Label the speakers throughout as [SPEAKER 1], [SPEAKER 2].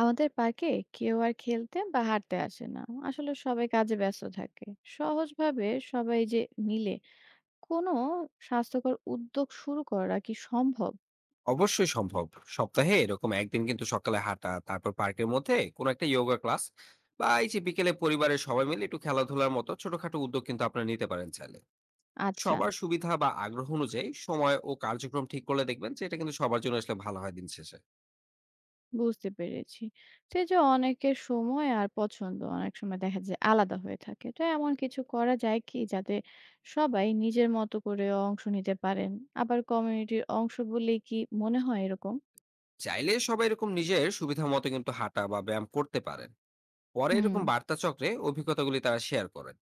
[SPEAKER 1] আমাদের পার্কে কেউ আর খেলতে বা হাঁটতে আসে না। আসলে সবাই কাজে ব্যস্ত থাকে। সহজভাবে সবাই মিলে কোনো স্বাস্থ্যকর উদ্যোগ শুরু করা কি সম্ভব?
[SPEAKER 2] অবশ্যই সম্ভব। সপ্তাহে এরকম একদিন কিন্তু সকালে হাঁটা, তারপর পার্কের মধ্যে কোনো একটা যোগা ক্লাস, বা এই যে বিকেলে পরিবারের সবাই মিলে একটু খেলাধুলার মতো ছোটখাটো উদ্যোগ কিন্তু আপনারা নিতে পারেন চাইলে।
[SPEAKER 1] আচ্ছা,
[SPEAKER 2] সবার সুবিধা বা আগ্রহ অনুযায়ী সময় ও কার্যক্রম ঠিক করলে দেখবেন যে এটা কিন্তু সবার জন্য আসলে ভালো হয় দিন শেষে।
[SPEAKER 1] বুঝতে পেরেছি। তো এই যে অনেকের সময় আর পছন্দ অনেক সময় দেখা যায় আলাদা হয়ে থাকে, তো এমন কিছু করা যায় কি যাতে সবাই নিজের মতো করে অংশ নিতে পারেন? আবার কমিউনিটির অংশ বলেই কি মনে হয় এরকম?
[SPEAKER 2] চাইলে সবাই এরকম নিজের সুবিধা মতো কিন্তু হাঁটা বা ব্যায়াম করতে পারেন। পরে
[SPEAKER 1] হুম।
[SPEAKER 2] এরকম বার্তা চক্রে অভিজ্ঞতাগুলি তারা শেয়ার করেন।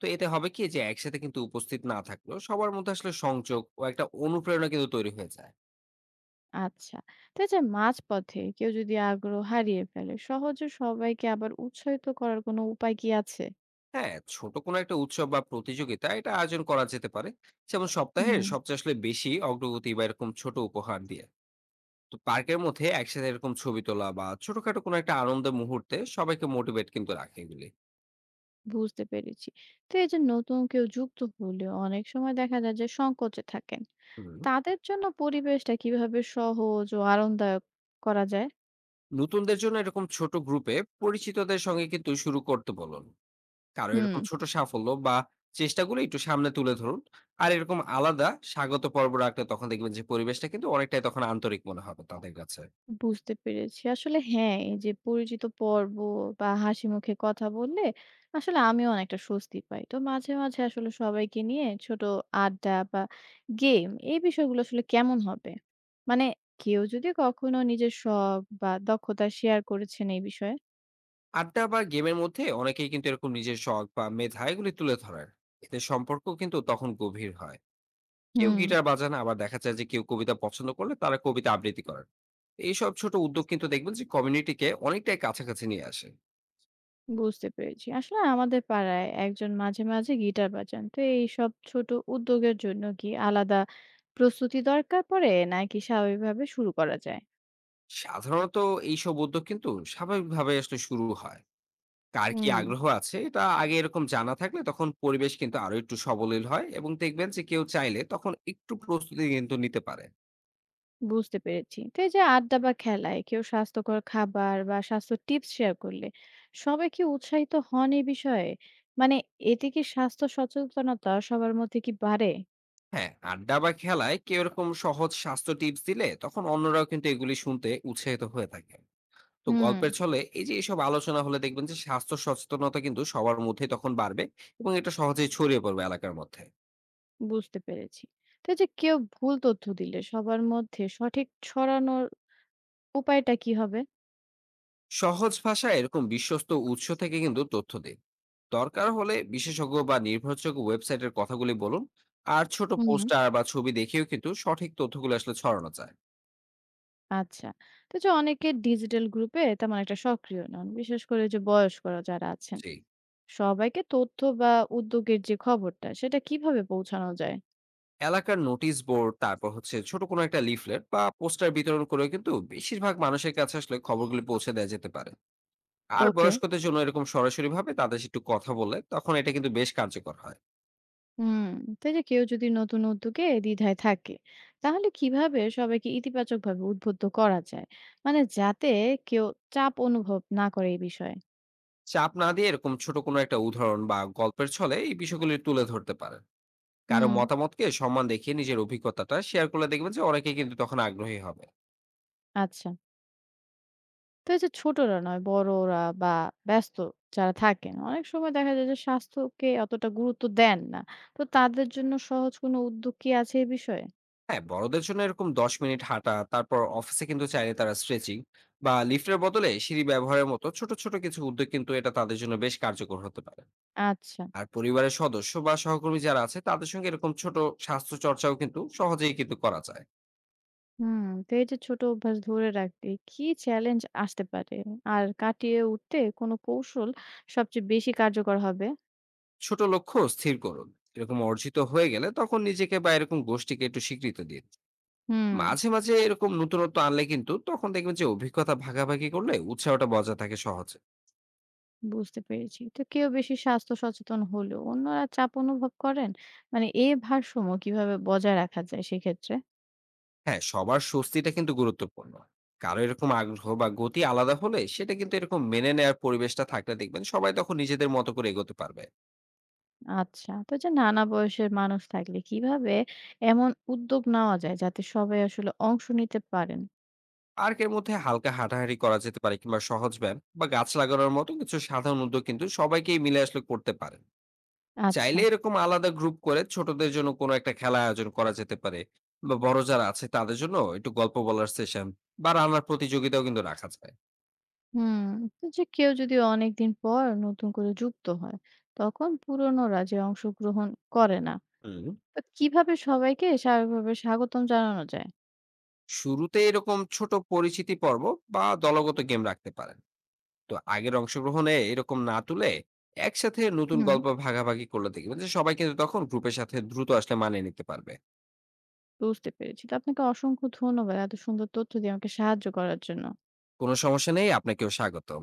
[SPEAKER 2] তো এতে হবে কি, যে একসাথে কিন্তু উপস্থিত না থাকলেও সবার মধ্যে আসলে সংযোগ ও একটা অনুপ্রেরণা কিন্তু তৈরি হয়ে যায়।
[SPEAKER 1] আচ্ছা। তো এই যে মাঝপথে কেউ যদি আগ্রহ হারিয়ে ফেলে, সহজে সবাইকে আবার উৎসাহিত করার কোনো উপায় কি আছে?
[SPEAKER 2] হ্যাঁ, ছোট কোনো একটা উৎসব বা প্রতিযোগিতা এটা আয়োজন করা যেতে পারে। যেমন সপ্তাহের
[SPEAKER 1] হুম।
[SPEAKER 2] সবচেয়ে আসলে বেশি অগ্রগতি বা এরকম ছোট উপহার দিয়ে। তো পার্কের মধ্যে একসাথে এরকম ছবি তোলা বা ছোটখাটো কোনো একটা আনন্দের মুহূর্তে সবাইকে মোটিভেট কিন্তু রাখে এগুলি।
[SPEAKER 1] বুঝতে পেরেছি। তো এই যে নতুন কেউ যুক্ত হলেও অনেক সময় দেখা যায় যে সংকোচে থাকেন।
[SPEAKER 2] হুম।
[SPEAKER 1] তাদের জন্য পরিবেশটা কিভাবে সহজ ও আরামদায়ক করা যায়?
[SPEAKER 2] নতুনদের জন্য এরকম ছোট গ্রুপে পরিচিতদের সঙ্গে কিন্তু শুরু করতে বলুন। কারো
[SPEAKER 1] হুম
[SPEAKER 2] এরকম ছোট সাফল্য বা চেষ্টাগুলো একটু সামনে তুলে ধরুন। আর এরকম আলাদা স্বাগত পর্ব রাখলে তখন দেখবেন যে পরিবেশটা কিন্তু অনেকটাই তখন আন্তরিক মনে হবে তাদের কাছে।
[SPEAKER 1] বুঝতে পেরেছি। আসলে হ্যাঁ, এই যে পরিচিত পর্ব বা হাসিমুখে কথা বললে আসলে আমিও অনেকটা স্বস্তি পাই। তো মাঝে, মাঝে আসলে সবাইকে নিয়ে ছোট আড্ডা বা গেম এই বিষয়গুলো আসলে কেমন হবে? মানে কেউ যদি কখনো নিজের শখ বা দক্ষতা শেয়ার করেছেন এই বিষয়ে?
[SPEAKER 2] আড্ডা বা গেমের মধ্যে অনেকেই কিন্তু এরকম নিজের শখ বা মেধা এগুলি তুলে ধরেন। এতে সম্পর্ক কিন্তু তখন গভীর হয়। কেউ
[SPEAKER 1] হুম।
[SPEAKER 2] গিটার বাজান, আবার দেখা যায় যে কেউ কবিতা পছন্দ করলে তারা কবিতা আবৃত্তি করেন। এইসব ছোট উদ্যোগ কিন্তু দেখবেন যে কমিউনিটিকে অনেকটাই কাছাকাছি নিয়ে আসে।
[SPEAKER 1] বুঝতে পেরেছি। আসলে আমাদের পাড়ায় একজন মাঝে, মাঝে গিটার বাজান। তো এইসব ছোট উদ্যোগের জন্য কি আলাদা প্রস্তুতি দরকার পড়ে নাকি স্বাভাবিকভাবে শুরু করা যায়?
[SPEAKER 2] সাধারণত এইসব উদ্যোগ কিন্তু স্বাভাবিকভাবে আসলে শুরু হয়। কার কি
[SPEAKER 1] হুম।
[SPEAKER 2] আগ্রহ আছে এটা আগে এরকম জানা থাকলে তখন পরিবেশ কিন্তু আরো একটু সবলীল হয়, এবং দেখবেন যে কেউ চাইলে তখন একটু প্রস্তুতি কিন্তু নিতে পারে।
[SPEAKER 1] বুঝতে পেরেছি। তো এই যে আড্ডা বা খেলায় কেউ স্বাস্থ্যকর খাবার বা স্বাস্থ্য টিপস শেয়ার করলে সবাই কি উৎসাহিত হন এই বিষয়ে? মানে এতে কি স্বাস্থ্য সচেতনতা সবার মধ্যে কি বাড়ে?
[SPEAKER 2] হ্যাঁ, আড্ডা বা খেলায় কেউ এরকম সহজ স্বাস্থ্য টিপস দিলে তখন অন্যরাও কিন্তু এগুলি শুনতে উৎসাহিত হয়ে থাকে। তো
[SPEAKER 1] হুম,
[SPEAKER 2] গল্পের ছলে এই যে এইসব আলোচনা হলে দেখবেন যে স্বাস্থ্য সচেতনতা কিন্তু সবার মধ্যে তখন বাড়বে, এবং এটা সহজেই ছড়িয়ে পড়বে এলাকার মধ্যে।
[SPEAKER 1] বুঝতে পেরেছি। তো এই যে কেউ ভুল তথ্য দিলে সবার মধ্যে সঠিক ছড়ানোর উপায়টা কি হবে?
[SPEAKER 2] সহজ ভাষায় এরকম বিশ্বস্ত উৎস থেকে কিন্তু তথ্য দিন। দরকার হলে বিশেষজ্ঞ বা নির্ভরযোগ্য ওয়েবসাইটের কথাগুলি বলুন। আর ছোট
[SPEAKER 1] হুম
[SPEAKER 2] পোস্টার বা ছবি দেখেও কিন্তু সঠিক তথ্যগুলো আসলে ছড়ানো যায়।
[SPEAKER 1] আচ্ছা। তো যে অনেকে ডিজিটাল গ্রুপে তেমন একটা সক্রিয় নন। বিশেষ করে যে বয়স্করা যারা আছেন।
[SPEAKER 2] জি।
[SPEAKER 1] সবাইকে তথ্য বা উদ্যোগের যে খবরটা সেটা কিভাবে পৌঁছানো যায়?
[SPEAKER 2] এলাকার নোটিশ বোর্ড, তারপর হচ্ছে ছোট কোনো একটা লিফলেট বা পোস্টার বিতরণ করে কিন্তু বেশিরভাগ মানুষের কাছে আসলে খবরগুলি পৌঁছে দেওয়া যেতে পারে। আর
[SPEAKER 1] ওকে।
[SPEAKER 2] বয়স্কদের জন্য এরকম সরাসরি ভাবে তাদের সাথে একটু কথা বললে তখন এটা কিন্তু বেশ কার্যকর হয়।
[SPEAKER 1] হুম। তো এই যে কেউ যদি নতুন উদ্যোগে দ্বিধায় থাকে তাহলে কিভাবে সবাইকে ইতিবাচক ভাবে উদ্বুদ্ধ করা যায়? মানে যাতে কেউ চাপ অনুভব না করে এই বিষয়ে।
[SPEAKER 2] চাপ না দিয়ে এরকম ছোট কোনো একটা উদাহরণ বা গল্পের ছলে এই বিষয়গুলি তুলে ধরতে পারেন। কারো
[SPEAKER 1] হুম।
[SPEAKER 2] মতামতকে সম্মান দেখিয়ে নিজের অভিজ্ঞতাটা শেয়ার করলে দেখবেন যে অনেকে কিন্তু তখন আগ্রহী হবে।
[SPEAKER 1] আচ্ছা। তো এই যে ছোটরা নয়, বড়রা বা ব্যস্ত যারা থাকেন অনেক সময় দেখা যায় যে স্বাস্থ্যকে অতটা গুরুত্ব দেন না, তো তাদের জন্য সহজ কোনো উদ্যোগ কি আছে এই বিষয়ে?
[SPEAKER 2] হ্যাঁ, বড়দের জন্য এরকম ১০ মিনিট হাঁটা, তারপর অফিসে কিন্তু চাইলে তারা স্ট্রেচিং বা লিফটের বদলে সিঁড়ি ব্যবহারের মতো ছোট, ছোট কিছু উদ্যোগ কিন্তু এটা তাদের জন্য বেশ কার্যকর হতে পারে।
[SPEAKER 1] আচ্ছা।
[SPEAKER 2] আর পরিবারের সদস্য বা সহকর্মী যারা আছে তাদের সঙ্গে এরকম ছোট স্বাস্থ্য চর্চাও কিন্তু সহজেই কিন্তু করা যায়।
[SPEAKER 1] হুম, তো এই যে ছোট অভ্যাস ধরে রাখতে কি চ্যালেঞ্জ আসতে পারে, আর কাটিয়ে উঠতে কোন কৌশল সবচেয়ে বেশি কার্যকর হবে?
[SPEAKER 2] ছোট লক্ষ্য স্থির করুন। এরকম অর্জিত হয়ে গেলে তখন নিজেকে বা এরকম গোষ্ঠীকে একটু স্বীকৃতি দিন।
[SPEAKER 1] হুম,
[SPEAKER 2] মাঝে, মাঝে এরকম নতুনত্ব আনলে কিন্তু তখন দেখবেন যে অভিজ্ঞতা ভাগাভাগি করলে উৎসাহটা বজায় থাকে সহজে।
[SPEAKER 1] বুঝতে পেরেছি। তো কেউ বেশি স্বাস্থ্য সচেতন হলেও অন্যরা চাপ অনুভব করেন। মানে এই ভারসাম্য কিভাবে বজায় রাখা যায় সেক্ষেত্রে?
[SPEAKER 2] হ্যাঁ, সবার স্বস্তিটা কিন্তু গুরুত্বপূর্ণ। কারো এরকম আগ্রহ বা গতি আলাদা হলে সেটা কিন্তু এরকম মেনে নেয়ার পরিবেশটা থাকলে দেখবেন সবাই তখন নিজেদের মতো করে এগোতে পারবে।
[SPEAKER 1] আচ্ছা, তো যে নানা বয়সের মানুষ থাকলে কিভাবে এমন উদ্যোগ নেওয়া যায় যাতে সবাই আসলে অংশ নিতে পারেন?
[SPEAKER 2] পার্কের মধ্যে হালকা হাঁটাহাঁটি করা যেতে পারে, কিংবা সহজ ব্যায়াম বা গাছ লাগানোর মতো কিছু সাধারণ উদ্যোগ কিন্তু সবাইকেই মিলে আসলে করতে পারেন।
[SPEAKER 1] আচ্ছা।
[SPEAKER 2] চাইলে এরকম আলাদা গ্রুপ করে ছোটদের জন্য কোনো একটা খেলা আয়োজন করা যেতে পারে, বা বড় যারা আছে তাদের জন্য একটু গল্প বলার সেশন বা রান্নার প্রতিযোগিতাও কিন্তু রাখা যায়।
[SPEAKER 1] হুম। তো যে কেউ যদি অনেকদিন পর নতুন করে যুক্ত হয় তখন পুরনোরা যে অংশগ্রহণ করে না,
[SPEAKER 2] হুম।
[SPEAKER 1] তো কিভাবে সবাইকে স্বাভাবিকভাবে স্বাগতম জানানো যায়?
[SPEAKER 2] শুরুতে এরকম ছোট পরিচিতি পর্ব বা দলগত গেম রাখতে পারেন। তো আগের অংশগ্রহণে এরকম না তুলে একসাথে নতুন
[SPEAKER 1] হুম।
[SPEAKER 2] গল্প ভাগাভাগি করলে দেখবেন যে সবাই কিন্তু তখন গ্রুপের সাথে দ্রুত আসলে মানিয়ে নিতে পারবে।
[SPEAKER 1] বুঝতে পেরেছি। তো আপনাকে অসংখ্য ধন্যবাদ এত সুন্দর তথ্য দিয়ে আমাকে সাহায্য করার জন্য।
[SPEAKER 2] কোনো সমস্যা নেই, আপনাকেও স্বাগতম।